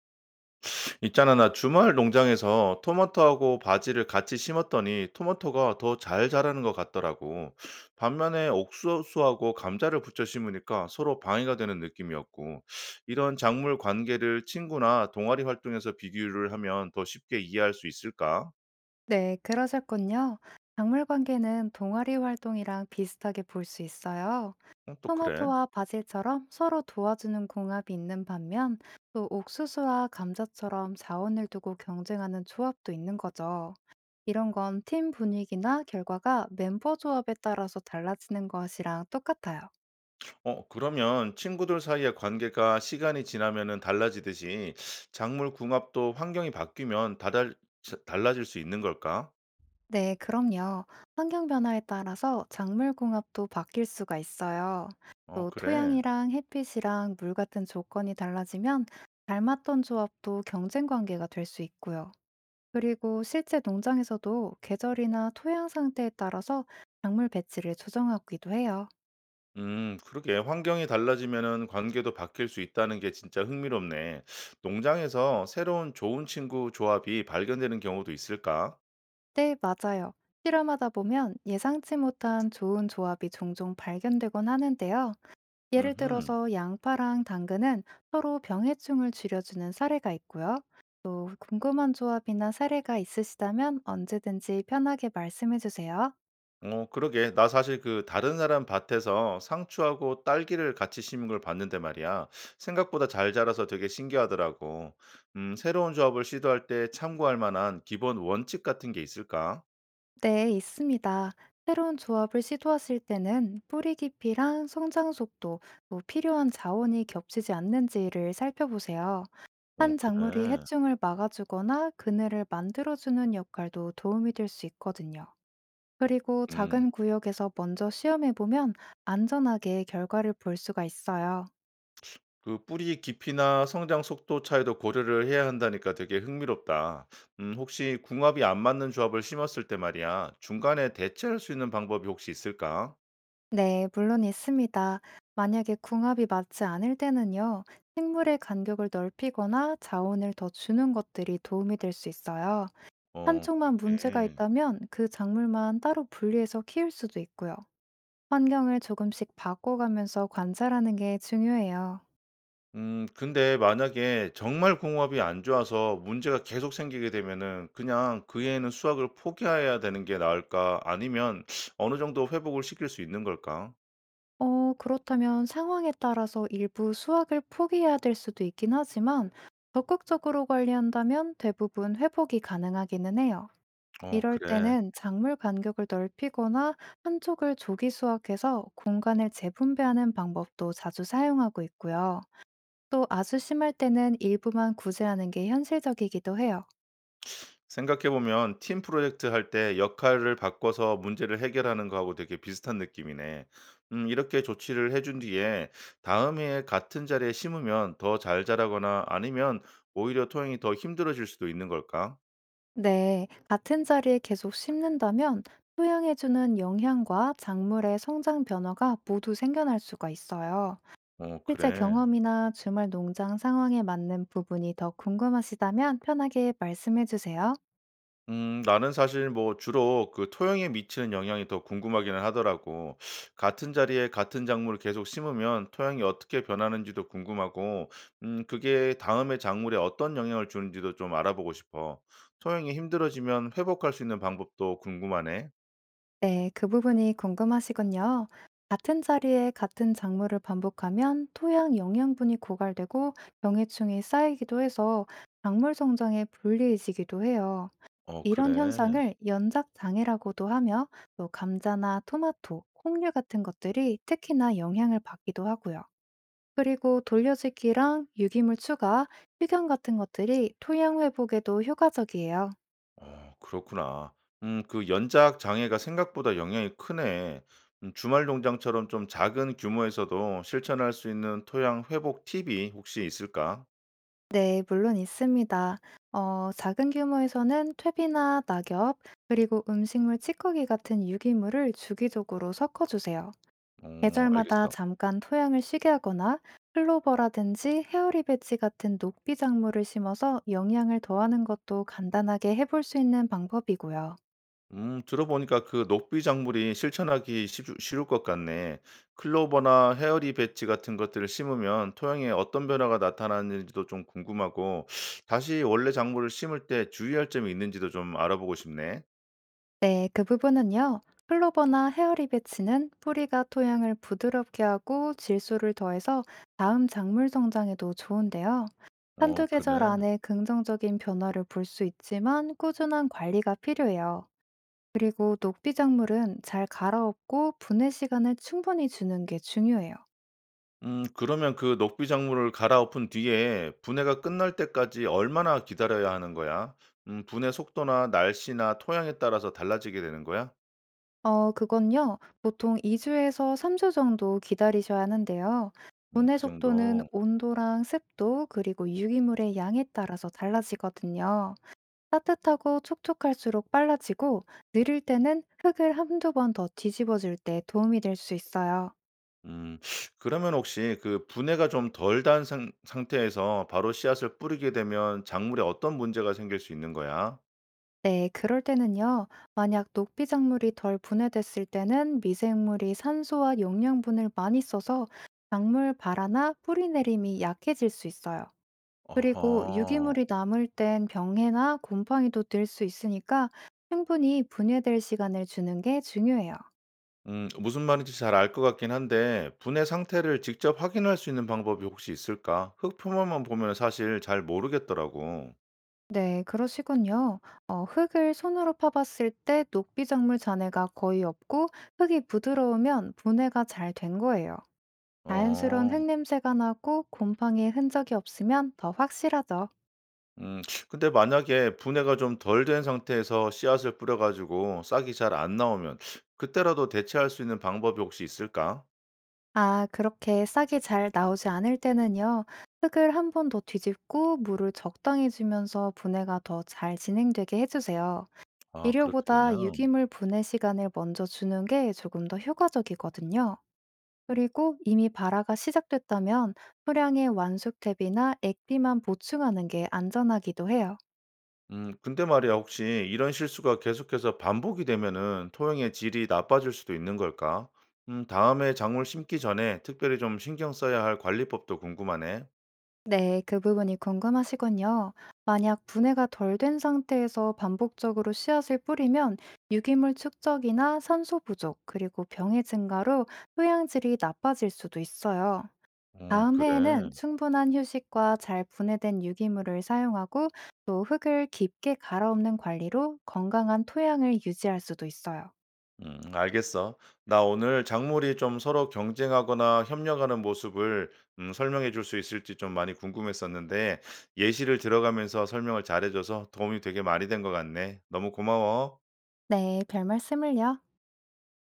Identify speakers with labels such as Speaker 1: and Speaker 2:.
Speaker 1: 있잖아, 나 주말 농장에서 토마토하고 바지를 같이 심었더니 토마토가 더 잘 자라는 것 같더라고. 반면에 옥수수하고 감자를 붙여 심으니까 서로 방해가 되는 느낌이었고, 이런 작물 관계를 친구나 동아리 활동에서 비교를 하면 더 쉽게 이해할 수 있을까?
Speaker 2: 네, 그러셨군요. 작물 관계는 동아리 활동이랑 비슷하게 볼 수 있어요.
Speaker 1: 어, 또 그래.
Speaker 2: 토마토와 바질처럼 서로 도와주는 궁합이 있는 반면, 또 옥수수와 감자처럼 자원을 두고 경쟁하는 조합도 있는 거죠. 이런 건 팀 분위기나 결과가 멤버 조합에 따라서 달라지는 것이랑 똑같아요.
Speaker 1: 어, 그러면 친구들 사이의 관계가 시간이 지나면은 달라지듯이 작물 궁합도 환경이 바뀌면 달라질 수 있는 걸까?
Speaker 2: 네, 그럼요. 환경 변화에 따라서 작물 궁합도 바뀔 수가 있어요.
Speaker 1: 어,
Speaker 2: 또
Speaker 1: 그래.
Speaker 2: 토양이랑 햇빛이랑 물 같은 조건이 달라지면 닮았던 조합도 경쟁 관계가 될 수 있고요. 그리고 실제 농장에서도 계절이나 토양 상태에 따라서 작물 배치를 조정하기도 해요.
Speaker 1: 그러게. 환경이 달라지면은 관계도 바뀔 수 있다는 게 진짜 흥미롭네. 농장에서 새로운 좋은 친구 조합이 발견되는 경우도 있을까?
Speaker 2: 네, 맞아요. 실험하다 보면 예상치 못한 좋은 조합이 종종 발견되곤 하는데요. 예를
Speaker 1: 음,
Speaker 2: 들어서 양파랑 당근은 서로 병해충을 줄여주는 사례가 있고요. 또 궁금한 조합이나 사례가 있으시다면 언제든지 편하게 말씀해 주세요.
Speaker 1: 어, 그러게. 나 사실 그 다른 사람 밭에서 상추하고 딸기를 같이 심은 걸 봤는데 말이야. 생각보다 잘 자라서 되게 신기하더라고. 새로운 조합을 시도할 때 참고할 만한 기본 원칙 같은 게 있을까?
Speaker 2: 네, 있습니다. 새로운 조합을 시도하실 때는 뿌리 깊이랑 성장 속도, 또 필요한 자원이 겹치지 않는지를 살펴보세요.
Speaker 1: 어,
Speaker 2: 한
Speaker 1: 그래.
Speaker 2: 작물이 해충을 막아주거나 그늘을 만들어주는 역할도 도움이 될 수 있거든요. 그리고
Speaker 1: 음.
Speaker 2: 작은 구역에서 먼저 시험해 보면 안전하게 결과를 볼 수가 있어요.
Speaker 1: 그 뿌리 깊이나 성장 속도 차이도 고려를 해야 한다니까 되게 흥미롭다. 혹시 궁합이 안 맞는 조합을 심었을 때 말이야, 중간에 대체할 수 있는 방법이 혹시 있을까?
Speaker 2: 네, 물론 있습니다. 만약에 궁합이 맞지 않을 때는요, 식물의 간격을 넓히거나 자원을 더 주는 것들이 도움이 될 수 있어요.
Speaker 1: 어,
Speaker 2: 한쪽만 문제가
Speaker 1: 그렇게.
Speaker 2: 있다면 그 작물만 따로 분리해서 키울 수도 있고요. 환경을 조금씩 바꿔가면서 관찰하는 게 중요해요.
Speaker 1: 근데 만약에 정말 궁합이 안 좋아서 문제가 계속 생기게 되면은 그냥 그 애는 수학을 포기해야 되는 게 나을까? 아니면 어느 정도 회복을 시킬 수 있는 걸까?
Speaker 2: 그렇다면 상황에 따라서 일부 수확을 포기해야 될 수도 있긴 하지만 적극적으로 관리한다면 대부분 회복이 가능하기는 해요.
Speaker 1: 어,
Speaker 2: 이럴
Speaker 1: 그래.
Speaker 2: 때는 작물 간격을 넓히거나 한쪽을 조기 수확해서 공간을 재분배하는 방법도 자주 사용하고 있고요. 또 아주 심할 때는 일부만 구제하는 게 현실적이기도 해요.
Speaker 1: 생각해보면 팀 프로젝트 할 때 역할을 바꿔서 문제를 해결하는 거하고 되게 비슷한 느낌이네. 이렇게 조치를 해준 뒤에 다음 해에 같은 자리에 심으면 더 잘 자라거나 아니면 오히려 토양이 더 힘들어질 수도 있는 걸까?
Speaker 2: 네, 같은 자리에 계속 심는다면 토양에 주는 영향과 작물의 성장 변화가 모두 생겨날 수가 있어요.
Speaker 1: 어,
Speaker 2: 실제
Speaker 1: 그래.
Speaker 2: 경험이나 주말 농장 상황에 맞는 부분이 더 궁금하시다면 편하게 말씀해 주세요.
Speaker 1: 음, 나는 사실 뭐 주로 그 토양에 미치는 영향이 더 궁금하기는 하더라고. 같은 자리에 같은 작물을 계속 심으면 토양이 어떻게 변하는지도 궁금하고, 음, 그게 다음에 작물에 어떤 영향을 주는지도 좀 알아보고 싶어. 토양이 힘들어지면 회복할 수 있는 방법도 궁금하네.
Speaker 2: 네, 그 부분이 궁금하시군요. 같은 자리에 같은 작물을 반복하면 토양 영양분이 고갈되고 병해충이 쌓이기도 해서 작물 성장에 불리해지기도 해요.
Speaker 1: 어,
Speaker 2: 이런
Speaker 1: 그래.
Speaker 2: 현상을 연작장애라고도 하며 또 감자나 토마토, 콩류 같은 것들이 특히나 영향을 받기도 하고요. 그리고 돌려주기랑 유기물 추가, 휴경 같은 것들이 토양 회복에도 효과적이에요.
Speaker 1: 어, 그렇구나. 음, 그 연작 장애가 생각보다 영향이 크네. 음, 주말 농장처럼 좀 작은 규모에서도 실천할 수 있는 토양 회복 팁이 혹시 있을까?
Speaker 2: 네, 물론 있습니다. 작은 규모에서는 퇴비나 낙엽, 그리고 음식물 찌꺼기 같은 유기물을 주기적으로 섞어주세요.
Speaker 1: 어,
Speaker 2: 계절마다
Speaker 1: 알겠어.
Speaker 2: 잠깐 토양을 쉬게 하거나 클로버라든지 헤어리 배지 같은 녹비 작물을 심어서 영양을 더하는 것도 간단하게 해볼 수 있는 방법이고요.
Speaker 1: 음, 들어보니까 그 녹비 작물이 실천하기 쉬을 쉬울 것 같네. 클로버나 헤어리 배치 같은 것들을 심으면 토양에 어떤 변화가 나타나는지도 좀 궁금하고 다시 원래 작물을 심을 때 주의할 점이 있는지도 좀 알아보고 싶네.
Speaker 2: 네, 그 부분은요. 클로버나 헤어리베치는 뿌리가 토양을 부드럽게 하고 질소를 더해서 다음 작물 성장에도 좋은데요. 한두
Speaker 1: 어,
Speaker 2: 계절
Speaker 1: 그래.
Speaker 2: 안에 긍정적인 변화를 볼 수 있지만 꾸준한 관리가 필요해요. 그리고 녹비 작물은 잘 갈아엎고 분해 시간을 충분히 주는 게 중요해요.
Speaker 1: 음, 그러면 그 녹비 작물을 갈아엎은 뒤에 분해가 끝날 때까지 얼마나 기다려야 하는 거야? 음, 분해 속도나 날씨나 토양에 따라서 달라지게 되는 거야?
Speaker 2: 그건요. 보통 2주에서 3주 정도 기다리셔야 하는데요.
Speaker 1: 음,
Speaker 2: 분해
Speaker 1: 그
Speaker 2: 속도는
Speaker 1: 정도.
Speaker 2: 온도랑 습도, 그리고 유기물의 양에 따라서 달라지거든요. 따뜻하고 촉촉할수록 빨라지고, 느릴 때는 흙을 한두 번 더 뒤집어줄 때 도움이 될 수 있어요.
Speaker 1: 음. 그러면 혹시 그 분해가 좀 덜 단 상태에서 바로 씨앗을 뿌리게 되면 작물에 어떤 문제가 생길 수 있는 거야?
Speaker 2: 네, 그럴 때는요. 만약 녹비작물이 덜 분해됐을 때는 미생물이 산소와 영양분을 많이 써서 작물 발화나 뿌리 내림이 약해질 수 있어요. 그리고
Speaker 1: 어허.
Speaker 2: 유기물이 남을 땐 병해나 곰팡이도 들 수 있으니까 충분히 분해될 시간을 주는 게 중요해요.
Speaker 1: 음, 무슨 말인지 잘 알 것 같긴 한데 분해 상태를 직접 확인할 수 있는 방법이 혹시 있을까? 흙 표면만 보면 사실 잘 모르겠더라고.
Speaker 2: 네, 그러시군요. 흙을 손으로 파봤을 때 녹비작물 잔해가 거의 없고 흙이 부드러우면 분해가 잘 된 거예요. 자연스러운 흙
Speaker 1: 어.
Speaker 2: 냄새가 나고 곰팡이의 흔적이 없으면 더 확실하죠.
Speaker 1: 음, 근데 만약에 분해가 좀 덜 된 상태에서 씨앗을 뿌려 가지고 싹이 잘 안 나오면 그때라도 대체할 수 있는 방법이 혹시 있을까?
Speaker 2: 아, 그렇게 싹이 잘 나오지 않을 때는요. 흙을 한 번 더 뒤집고 물을 적당히 주면서 분해가 더 잘 진행되게 해주세요.
Speaker 1: 아, 그렇겠냐?
Speaker 2: 일요보다 유기물 분해 시간을 먼저 주는 게 조금 더 효과적이거든요. 그리고 이미 발화가 시작됐다면 소량의 완숙탭이나 액비만 보충하는 게 안전하기도 해요.
Speaker 1: 근데 말이야, 혹시 이런 실수가 계속해서 반복이 되면은 토양의 질이 나빠질 수도 있는 걸까? 다음에 작물 심기 전에 특별히 좀 신경 써야 할 관리법도 궁금하네.
Speaker 2: 네, 그 부분이 궁금하시군요. 만약 분해가 덜 된 상태에서 반복적으로 씨앗을 뿌리면 유기물 축적이나 산소 부족, 그리고 병의 증가로 토양질이 나빠질 수도 있어요. 다음 해에는
Speaker 1: 그래.
Speaker 2: 충분한 휴식과 잘 분해된 유기물을 사용하고 또 흙을 깊게 갈아엎는 관리로 건강한 토양을 유지할 수도 있어요.
Speaker 1: 알겠어. 나 오늘 작물이 좀 서로 경쟁하거나 협력하는 모습을, 설명해 줄 수 있을지 좀 많이 궁금했었는데 예시를 들어가면서 설명을 잘해줘서 도움이 되게 많이 된 것 같네. 너무 고마워.
Speaker 2: 네, 별 말씀을요.